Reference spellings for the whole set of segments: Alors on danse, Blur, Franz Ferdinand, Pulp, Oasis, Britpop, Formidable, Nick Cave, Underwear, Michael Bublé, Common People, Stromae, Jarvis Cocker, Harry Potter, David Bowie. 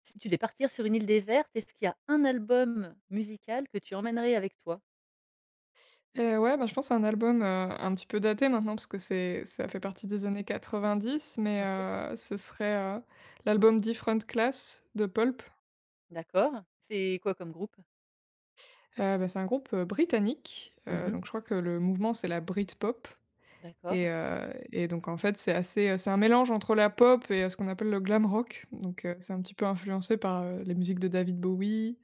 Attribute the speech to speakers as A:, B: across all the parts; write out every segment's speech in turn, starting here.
A: Si tu devais partir sur une île déserte, est-ce qu'il y a un album musical que tu emmènerais avec toi?
B: Et ouais, bah, je pense à un album, un petit peu daté maintenant parce que c'est ça fait partie des années 90, mais
A: OK,
B: heu, ce serait, l'album Different Class de Pulp.
A: d'accord. C'est quoi comme groupe?
B: Bah, c'est un groupe, britannique,
A: Mmh mh.
B: donc je crois que le mouvement c'est la Britpop et
A: D'accord,
B: heu et donc en fait c'est assez, c'est un mélange entre la pop et, ce qu'on appelle le glam rock, donc c'est un petit peu influencé par, les musiques de David Bowie.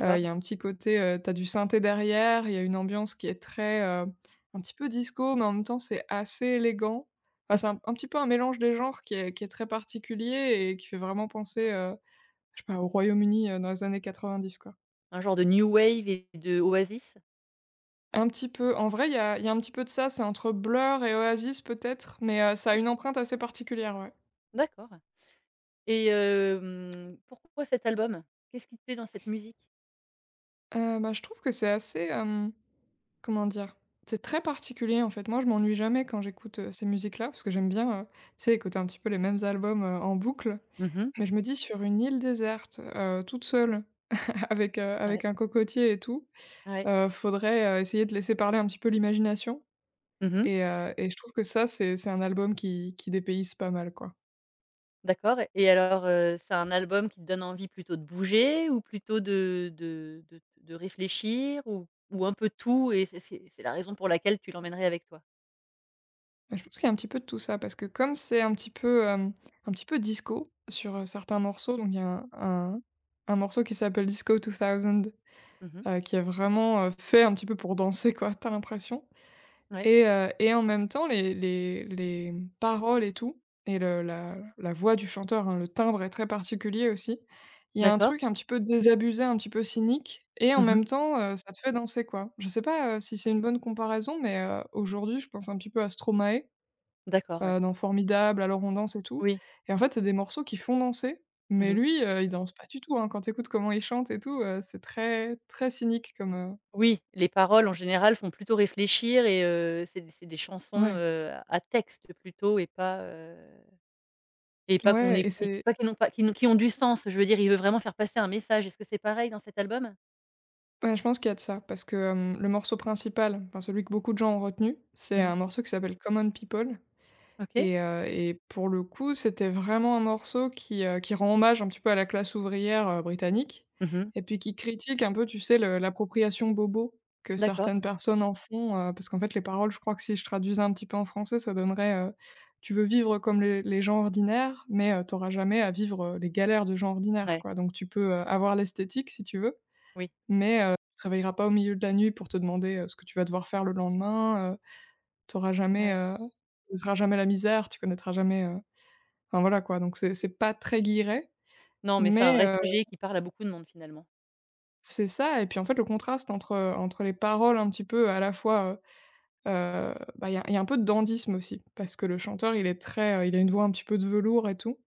B: Heu, il y a un petit côté, tu du synthé derrière, il y a une ambiance qui est très, un petit peu disco, mais en même temps, c'est assez élégant. Enfin, c'est un petit peu un mélange des genres qui est très particulier et qui fait vraiment penser, je sais pas, au Royaume-Uni, dans les années 90, quoi.
A: Un genre de new wave et de Oasis?
B: Un petit peu. En vrai, il y a un petit peu de ça, c'est entre Blur et Oasis peut-être, mais, ça a une
A: D'accord,
B: empreinte assez particulière, ouais.
A: d'accord et pourquoi cet album? Qu'est-ce qui te plaît dans cette musique?
B: Bah, je trouve que c'est assez, euh, comment dire? C'est très particulier, en fait. Moi, je m'ennuie jamais quand j'écoute, ces musiques-là, parce que j'aime bien, tu sais, écouter un petit peu les mêmes albums, en boucle.
A: Mmh mh.
B: Mais je me dis, sur une île déserte, toute seule, avec, avec
A: Ouais,
B: un cocotier et tout,
A: ouais.
B: faudrait, essayer de laisser parler un petit peu l'imagination
A: Mmh mh.
B: , et je trouve que ça, c'est un album qui dépayse pas mal, quoi.
A: D'accord et alors, c'est un album qui te donne envie plutôt de bouger ou plutôt de réfléchir ou un peu tout et c'est la raison pour laquelle tu l'emmènerais avec toi?
B: Bah, je pense qu'il y a un petit peu de tout ça, parce que comme c'est un petit peu, un petit peu disco sur, certains morceaux, donc il y a un un morceau qui s'appelle Disco 2000.
A: Mmh mh.
B: Qui est vraiment, fait un petit peu pour danser, quoi, t'as l'impression
A: Ouais,
B: et heu et en même temps les paroles et tout et le la la voix du chanteur, hein, le timbre est très particulier aussi. Il y a un
A: d'accord.
B: truc un petit peu désabusé, un petit peu cynique et en
A: Mmh.
B: même temps, ça te fait danser, quoi. Je sais pas, si c'est une bonne comparaison, mais, aujourd'hui je pense un petit peu à Stromae,
A: D'accord, ouais.
B: dans Formidable, Alors on danse et tout,
A: Oui.
B: et en fait c'est des morceaux qui font danser, mais
A: Mmh.
B: lui, il danse pas du tout, hein. Quand t'écoutes comment il chante et tout, c'est très, très cynique comme,
A: Oui, les paroles en général font plutôt réfléchir et c'est des chansons,
B: ouais,
A: à texte plutôt et pas qu'on
B: ouais et
A: écoute
B: c'est
A: pas qui n'ont pas qui n'ont qui ont du sens. Je veux dire, il veut vraiment faire passer un message. Est-ce que c'est pareil dans cet album?
B: ouais, je pense qu'il y a de ça parce que, le morceau principal, enfin celui que beaucoup de gens ont retenu, c'est
A: Mmh.
B: un morceau qui s'appelle Common People
A: OK.
B: , et pour le coup, c'était vraiment un morceau qui rend hommage un petit peu à la classe ouvrière, britannique,
A: Mmh.
B: et puis qui critique un peu, tu sais, le l'appropriation bobo que
A: D'accord.
B: certaines personnes en font, parce qu'en fait, les paroles, je crois que si je traduisais un petit peu en français, ça donnerait, «Tu veux vivre comme les gens ordinaires, mais, tu jamais à vivre, les galères de gens ordinaires,
A: Ouais.
B: quoi. Donc tu peux, avoir l'esthétique si tu veux,
A: Oui.
B: mais, tu te réveilleras pas au milieu de la nuit pour te demander, ce que tu vas devoir faire le lendemain, tu jamais,
A: Ouais.
B: tu oseras jamais la misère, tu connaîtras jamais, enfin voilà quoi, donc c'est pas très guilleret,
A: Non, mais c'est
B: mais,
A: un vrai sujet qui parle à beaucoup de monde finalement.
B: c'est ça, et puis en fait le contraste entre, entre les paroles un petit peu à la fois, bah, il y a un peu de dandysme aussi parce que le chanteur il est très, il a une voix un petit peu de velours et tout,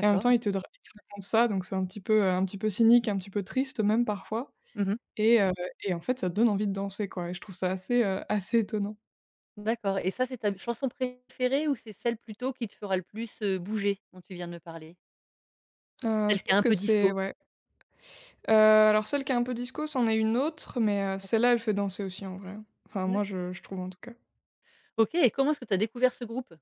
B: et en même temps il te raconte ça, donc c'est un petit peu cynique, un petit peu triste même parfois
A: Mmh.
B: et heu et en fait ça te donne envie de danser, quoi, et je trouve ça assez, assez étonnant.
A: D'accord et ça, c'est ta chanson préférée ou c'est celle plutôt qui te fera le plus, bouger dont tu viens de me parler?
B: Heu,
A: Celle
B: je
A: qui est
B: pense
A: un
B: que
A: peu
B: c'est
A: disco?
B: ouais. Alors celle qui est un peu disco, c'en est une autre, mais,
A: D'accord.
B: celle-là, elle fait danser aussi en vrai, hein. Enfin moi
A: D'accord.
B: je trouve en tout cas.
A: OK et comment est-ce que tu as découvert ce groupe?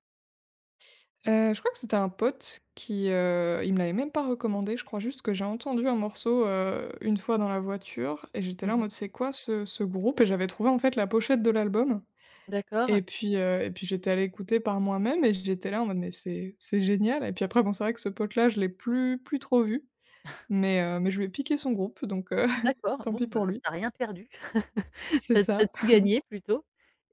B: Je crois que c'était un pote qui, il me l'avait même pas recommandé. Je crois juste que j'ai entendu un morceau, une fois dans la voiture et j'étais là en
A: Mmh.
B: mode: «C'est quoi ce groupe?» Et j'avais trouvé en fait la pochette de l'album, et
A: D'accord.
B: puis, et puis j'étais allée écouter par moi-même et j'étais là en mode: «Mais c'est génial». Et puis après bon, c'est vrai que ce pote-là, je l'ai plus trop vu, mais, mais je lui ai piqué son groupe, donc
A: D'accord,
B: tant
A: bon,
B: pis
A: bah,
B: pour lui.
A: tu rien perdu.
B: C'est
A: T'as as
B: ça.
A: tout gagné plutôt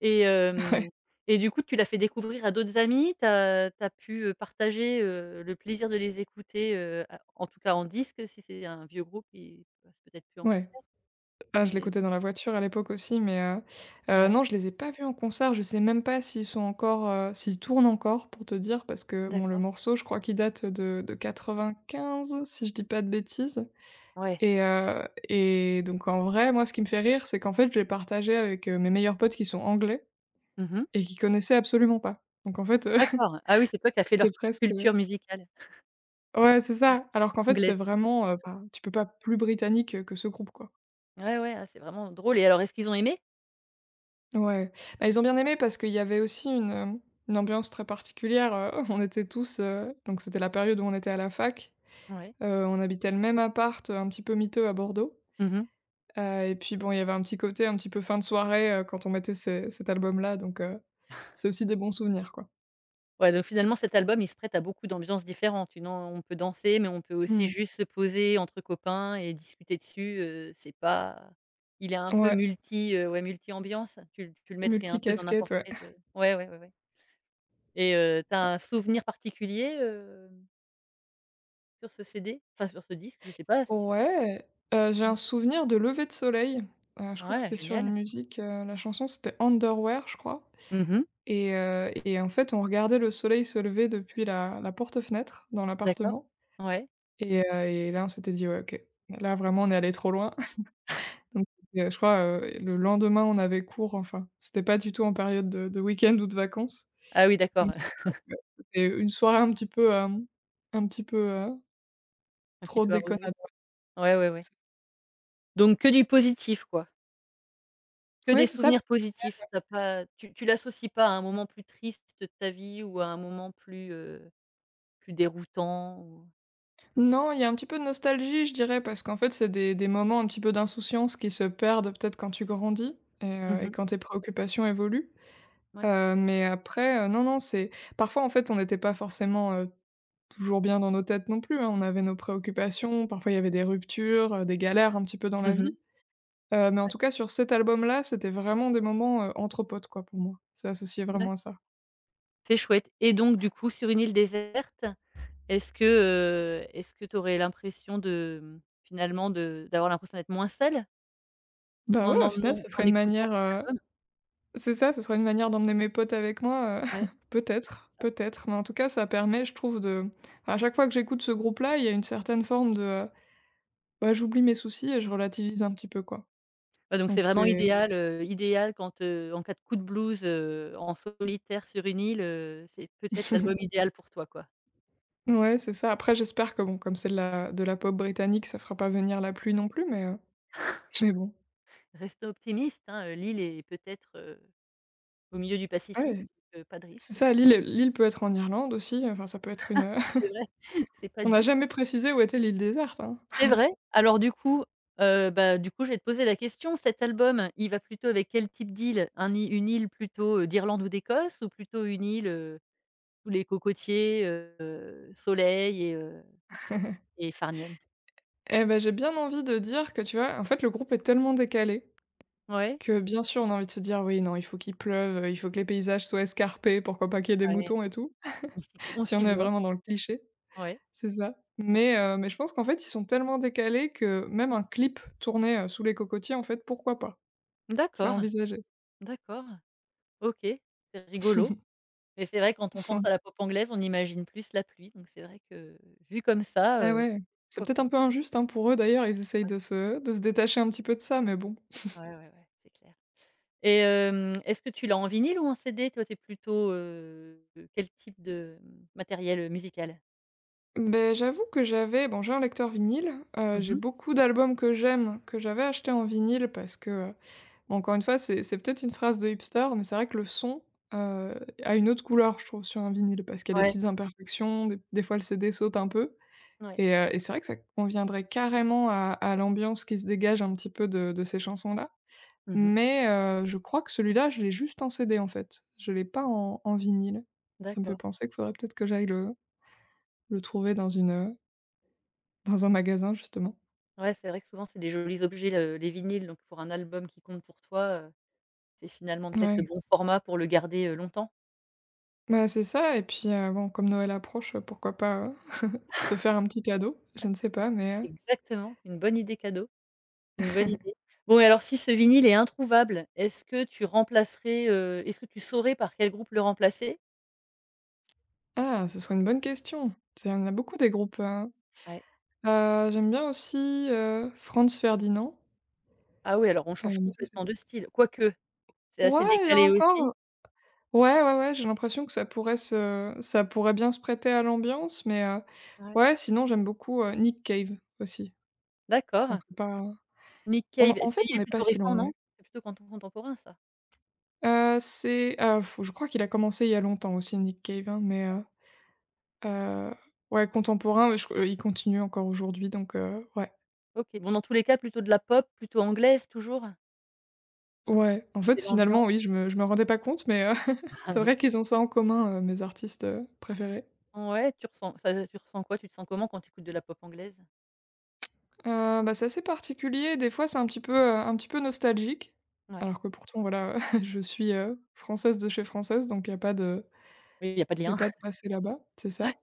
A: et hem du coup, tu l'as fait découvrir à d'autres amis? T'as pu, partager, le plaisir de les écouter, à en tout cas en disque si c'est un vieux groupe, ils passent peut-être plus en
B: Ouais.
A: concert,
B: Ah, je
A: mais…
B: l'écoutais dans la voiture à l'époque aussi, mais,
A: Ouais,
B: non, je les ai pas vus en concert. Je sais même pas s'ils sont encore, s'ils tournent encore pour te dire, parce que bon, le
A: d'accord.
B: morceau, je crois qu'il date de 95, si je dis pas de bêtises
A: Ouais.
B: et heu et donc en vrai, moi, ce qui me fait rire, c'est qu'en fait, je l'ai partagé avec, mes meilleurs potes qui sont anglais
A: Mmh.
B: et qui connaissaient absolument pas. Donc en fait,
A: D'accord. Ah oui, c'est toi qui as fait
B: c'était
A: leur
B: presque
A: culture musicale
B: ouais, c'est ça. Alors qu'en fait, c'est
A: anglaise.
B: vraiment, enfin, tu peux pas plus britannique que ce groupe, quoi.
A: Ouais, ouais, ah, c'est vraiment drôle et alors est-ce qu'ils ont aimé?
B: Ouais, bah, ils ont bien aimé parce qu'il y avait aussi une, une ambiance très particulière, on était tous, donc c'était la période où on était à la fac,
A: Ouais.
B: on habitait le même appart, un petit peu miteux à Bordeaux,
A: Mmh.
B: et puis bon, il y avait un petit côté un petit peu fin de soirée, quand on mettait ces cet album-là, donc c'est aussi des bons souvenirs, quoi.
A: Ouais, donc finalement, cet album, il se prête à beaucoup d'ambiances différentes. Une an On peut danser, mais on peut aussi
B: Mmh.
A: juste se poser entre copains et discuter dessus, c'est pas, il est un peu
B: Ouais,
A: multi, ouais, multi-ambiance. Tu le mettrais un peu dans
B: multicasquette,
A: n'importe
B: ouais.
A: quel, ouais, ouais, ouais, ouais, et tu un souvenir particulier, sur ce CD? Enfin, sur ce disque, je sais pas si c'est…
B: Ouais, j'ai un
A: Mmh,
B: souvenir de lever de soleil, je crois que
A: ouais,
B: c'était sur une
A: génial.
B: musique, la chanson c'était Underwear, je crois.
A: Mmh.
B: Et en fait, on regardait le soleil se lever depuis la porte-fenêtre dans
A: D'accord.
B: l'appartement
A: Ouais.
B: et heu et là, on s'était dit: «Ouais, OK, là, vraiment, on est allé trop loin». Donc je crois, le lendemain, on avait cours, enfin, c'était pas du tout en période de week-end ou de vacances.
A: Ah oui,
B: Mais
A: d'accord.
B: ouais, c'était une soirée un petit peu, un petit peu,
A: Un petit
B: trop
A: peu arrosé.
B: déconnade.
A: Ouais, ouais, ouais. Donc que du positif, quoi? Que
B: Ouais,
A: des
B: c'est ça.
A: souvenirs positifs. T'as pas, tu l'associes pas à un moment plus triste de ta vie ou à un moment plus, plus déroutant ou…
B: Non, il y a un petit peu de nostalgie, je dirais, parce qu'en fait, c'est des moments un petit peu d'insouciance qui se perdent peut-être quand tu grandis et
A: Mmh
B: heu et
A: mh,
B: quand tes préoccupations évoluent.
A: ouais.
B: Mais après, non, non, c'est parfois, en fait, on n'était pas forcément, toujours bien dans nos têtes non plus, hein. On avait nos préoccupations, parfois il y avait des ruptures, des galères un petit peu dans la
A: Mmh mh,
B: vie. Mais en
A: ouais.
B: tout cas, sur cet album-là, c'était vraiment des moments, entre potes, quoi, pour moi. C'est associé vraiment
A: D'acc
B: à ça.
A: C'est chouette et donc du coup, sur une île déserte, est-ce que, tu aurais l'impression de, finalement de d'avoir l'impression d'être moins seule
B: Bah, ouais, au final, ce serait
A: en
B: une
A: écoutant
B: manière,
A: cet album?
B: c'est ça, ce serait une manière d'emmener mes potes avec moi,
A: Ouais,
B: peut-être,
A: c'est ça.
B: peut-être, mais en tout cas, ça permet, je trouve, de, à chaque fois que j'écoute ce groupe-là, il y a une certaine forme de, bah, j'oublie mes soucis et je relativise un petit peu, quoi.
A: Ouais, donc c'est
B: Donc
A: vraiment
B: c'est
A: idéal, idéal quand, en cas de coup de blues, en solitaire sur une île, c'est peut-être l'album idéal pour toi, quoi.
B: ouais, c'est ça. Après, j'espère que bon, comme c'est de la pop britannique, ça fera pas venir la pluie non plus, mais, mais bon.
A: Restons optimistes, hein, l'île est peut-être, au milieu du Pacifique,
B: Ouais,
A: donc pas de
B: c'est
A: risque.
B: ça, l'île peut être en Irlande aussi, enfin ça peut être une,
A: C'est vrai, c'est pas
B: on n'a
A: dit.
B: jamais précisé où était l'île déserte, hein.
A: C'est vrai. Alors bah, du coup, je vais te poser la question, cet album, il va plutôt avec quel type d'île? Un î Une île plutôt, d'Irlande ou d'Écosse ou plutôt une île, tous les cocotiers, soleil et farniente?
B: Eh ben, j'ai bien envie de dire que, tu vois, en fait, le groupe est tellement décalé
A: Ouais,
B: que, bien sûr, on a envie de se dire: «Oui, non, il faut qu'il pleuve, il faut que les paysages soient escarpés, pourquoi pas qu'il y ait des
A: ouais,
B: moutons et tout»,
A: on s'y on
B: si
A: s'y
B: on est
A: voit.
B: vraiment dans le cliché,
A: Ouais.
B: c'est ça. Mais je pense qu'en fait, ils sont tellement décalés que même un clip tourné, sous les cocotiers, en fait, pourquoi pas? C'est
A: D'accord,
B: envisagé.
A: d'accord. OK, c'est rigolo. Mais c'est vrai quand on pense à la pop anglaise, on imagine plus la pluie, donc c'est vrai que vu comme ça,
B: Ah ouais. C'est
A: pourquoi
B: peut-être un
A: pas?
B: peu injuste, hein, pour eux d'ailleurs, ils essayent
A: Ouais,
B: de se détacher un petit peu de ça, mais bon.
A: ouais, ouais, ouais, c'est clair. Et est-ce que tu l'as en vinyle ou en CD? Toi, tu es plutôt, quel type de matériel, musical?
B: Beh, j'avoue que j'ai un lecteur vinyle,
A: Mmh
B: j'ai
A: mh.
B: beaucoup d'albums que j'aime, que j'avais achetés en vinyle parce que, encore une fois, c'est peut-être une phrase de hipster, mais c'est vrai que le son, heu, a une autre couleur, je trouve, sur un vinyle parce qu'il y a des
A: Ouais.
B: petites imperfections, des fois le CD saute un peu
A: Ouais.
B: et c'est vrai que ça conviendrait carrément à l'ambiance qui se dégage un petit peu de ces chansons-là.
A: Mmh mh.
B: Mais je crois que celui-là, je l'ai juste en CD, en fait. Je l'ai pas en vinyle. Ça me fait
A: D'accord.
B: penser qu'il faudrait peut-être que j'aille le trouver dans une, dans un magasin, justement.
A: Ouais, c'est vrai que souvent c'est des jolis objets le les vinyles, donc pour un album qui compte pour toi, c'est finalement peut-être le
B: Ouais.
A: bon format pour le garder, longtemps.
B: Bah, c'est ça et puis, comme Noël approche, pourquoi pas, se faire un petit cadeau? Je ne sais pas, mais
A: Exactement, une bonne idée cadeau. Une bonne idée. Bon et alors si ce vinyle est introuvable, est-ce que tu remplacerais, est-ce que tu saurais par quel groupe le remplacer?
B: ah, ce serait une bonne question. C'est il y en a beaucoup des groupes,
A: Ouais.
B: j'aime bien aussi, Franz Ferdinand,
A: Ah oui, alors on change
B: mais ça, c'est
A: complètement de style. Quoique, c'est
B: ouais,
A: assez
B: il y a
A: décalé aussi.
B: encore ouais, ouais, ouais, j'ai l'impression que ça pourrait bien se prêter à l'ambiance, mais
A: Ouais.
B: ouais, sinon j'aime beaucoup, Nick Cave aussi, donc
A: D'accord.
B: c'est pas
A: Nick
B: on
A: Cave, c'est
B: en fait, on
A: il est
B: n'est pas
A: plutôt
B: si
A: récent,
B: loin, ouais.
A: non? C'est plutôt canton contemporain ça?
B: Je crois qu'il a commencé il y a longtemps aussi Nick Cave, hein, mais heu, ouais, contemporain, mais je c il continue encore aujourd'hui donc ouais.
A: OK. Bon dans tous les cas plutôt de la pop, plutôt anglaise toujours?
B: Ouais, en
A: C'est
B: fait,
A: l'ambiance.
B: finalement, oui, je me rendais pas compte, mais c'est vrai qu'ils ont ça en commun, mes artistes, préférés.
A: Ouais, tu ressens quoi? Tu te sens comment quand tu écoutes de la pop anglaise?
B: Bah, c'est assez particulier. Des fois, c'est un petit peu, un petit peu nostalgique.
A: Ouais.
B: Alors que pourtant, voilà, je suis, française de chez française, donc il y a
A: Oui, il y a pas de lien.
B: pas de passé là-bas, c'est ça.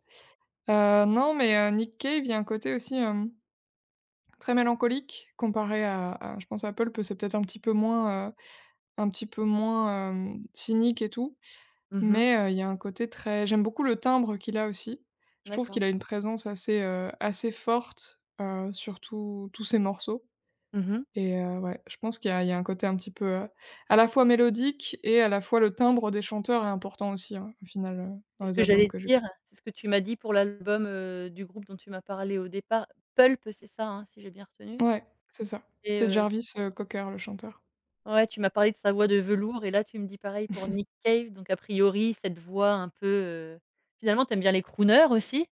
B: Non, mais Nick Cave, il y a un côté aussi, très mélancolique comparé à je pense à Pulp, c'est peut-être un petit peu moins, un petit peu moins, cynique et tout,
A: Mmh mh.
B: mais il y a un côté très j'aime beaucoup le timbre qu'il a aussi. Je trouve
A: D'accord.
B: qu'il a une présence assez, assez forte, sur tous ses morceaux.
A: Mmh mh.
B: Et ouais, je pense qu'il y a un côté un petit peu, à la fois mélodique et à la fois le timbre des chanteurs est important aussi, hein, au final, dans
A: C'est ce
B: les
A: que
B: albums
A: j'allais
B: que
A: te
B: j'ai
A: dire, c'est ce que tu m'as dit pour l'album, du groupe dont tu m'as parlé au départ. Pulp, c'est ça, hein, si j'ai bien retenu?
B: ouais, c'est ça.
A: Et
B: C'est Jarvis, Cocker, le chanteur.
A: ouais, tu m'as parlé de sa voix de velours et là, tu me dis pareil pour Nick Cave, donc a priori, cette voix un peu, finalement, tu aimes bien les crooners aussi?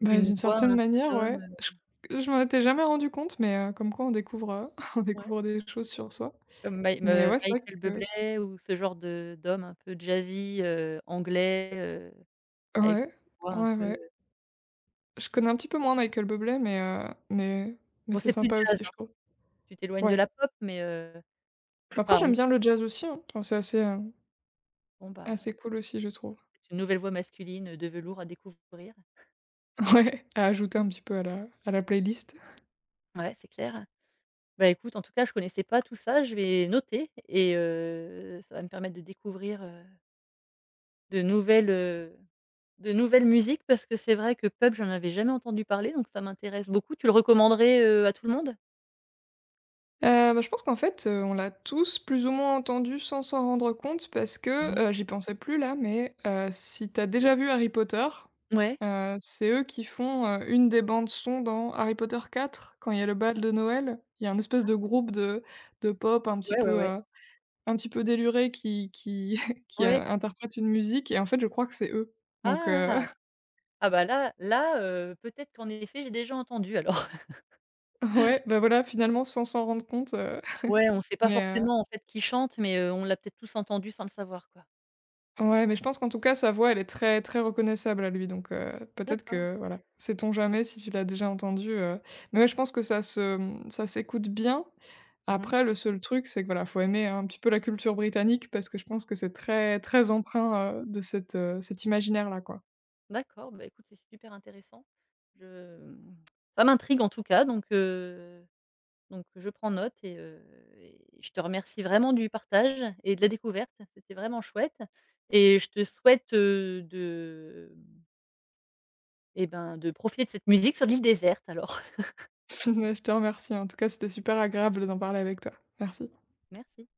B: Bah,
A: Une
B: d'une
A: voix
B: certaine
A: un peu
B: manière,
A: d'homme,
B: ouais. Je je m'en étais jamais rendu compte, mais comme quoi on découvre, on
A: ouais,
B: découvre des choses sur soi.
A: comme Mai
B: Mais
A: me
B: ouais, c'est vrai
A: Michael
B: que
A: Bublé ou ce genre de d'homme un peu jazzy, anglais, avec
B: ouais,
A: une voix un
B: ouais,
A: peu…
B: ouais. Je connais un petit peu moins Michael Bublé, mais mais
A: Bon,
B: c'est
A: c'est plus
B: sympa aussi,
A: jazz,
B: je
A: hein,
B: trouve.
A: tu t'éloignes de
B: Ouais.
A: la pop mais
B: Bah, après
A: enfin, on
B: j'aime bien
A: sait…
B: le jazz aussi, hein. Enfin, c'est assez,
A: Bon, bah…
B: assez cool aussi, je trouve.
A: C'est une nouvelle voix masculine, de velours à découvrir.
B: Ouais, à ajouter un petit peu à la playlist.
A: Ouais, c'est clair. Bah, écoute, en tout cas, je connaissais pas tout ça, je vais noter et ça va me permettre de découvrir, de nouvelles, heu, de nouvelles musiques parce que c'est vrai que Pub, j'en avais jamais entendu parler, donc ça m'intéresse beaucoup. Tu le recommanderais, à tout le monde?
B: Bah, je pense qu'en fait, on l'a tous plus ou moins entendu sans s'en rendre compte parce que,
A: Mmh.
B: j'y pensais plus là, mais si t'as déjà vu Harry Potter,
A: Ouais.
B: c'est eux qui font, une des bandes son dans Harry Potter 4 quand il y a le bal de Noël, il y a un espèce de groupe de pop
A: Ouais, ouais, ouais.
B: un petit peu déluré qui qui,
A: Ouais.
B: interprète une musique et en fait, je crois que c'est eux. Donc
A: Ah! Ah bah, peut-être qu'en effet, j'ai déjà entendu alors.
B: ouais, bah, voilà, finalement sans s'en rendre compte,
A: Ouais, on sait pas
B: mais
A: forcément, en fait, qui chante mais on l'a peut-être tous entendu sans le savoir, quoi.
B: ouais, mais je pense qu'en tout cas, sa voix, elle est très, très reconnaissable à lui, donc peut-être
A: D'accord.
B: que voilà, sait-on jamais si tu l'as déjà entendu, mais ouais, je pense que ça se, ça s'écoute bien.
A: Mmh.
B: Après le seul truc, c'est que voilà, faut aimer un petit peu la culture britannique parce que je pense que c'est très, très empreint, de cette cet imaginaire-là, quoi.
A: D'accord, bah, écoute, c'est super intéressant. Je mmh, Ça m'intrigue en tout cas, donc je prends note et je te remercie vraiment du partage et de la découverte. C'était vraiment chouette et je te souhaite, de, mmh et ben, de profiter de cette musique sur l'île déserte alors.
B: Je te remercie, en tout cas, c'était super agréable d'en parler avec toi. Merci.
A: Merci.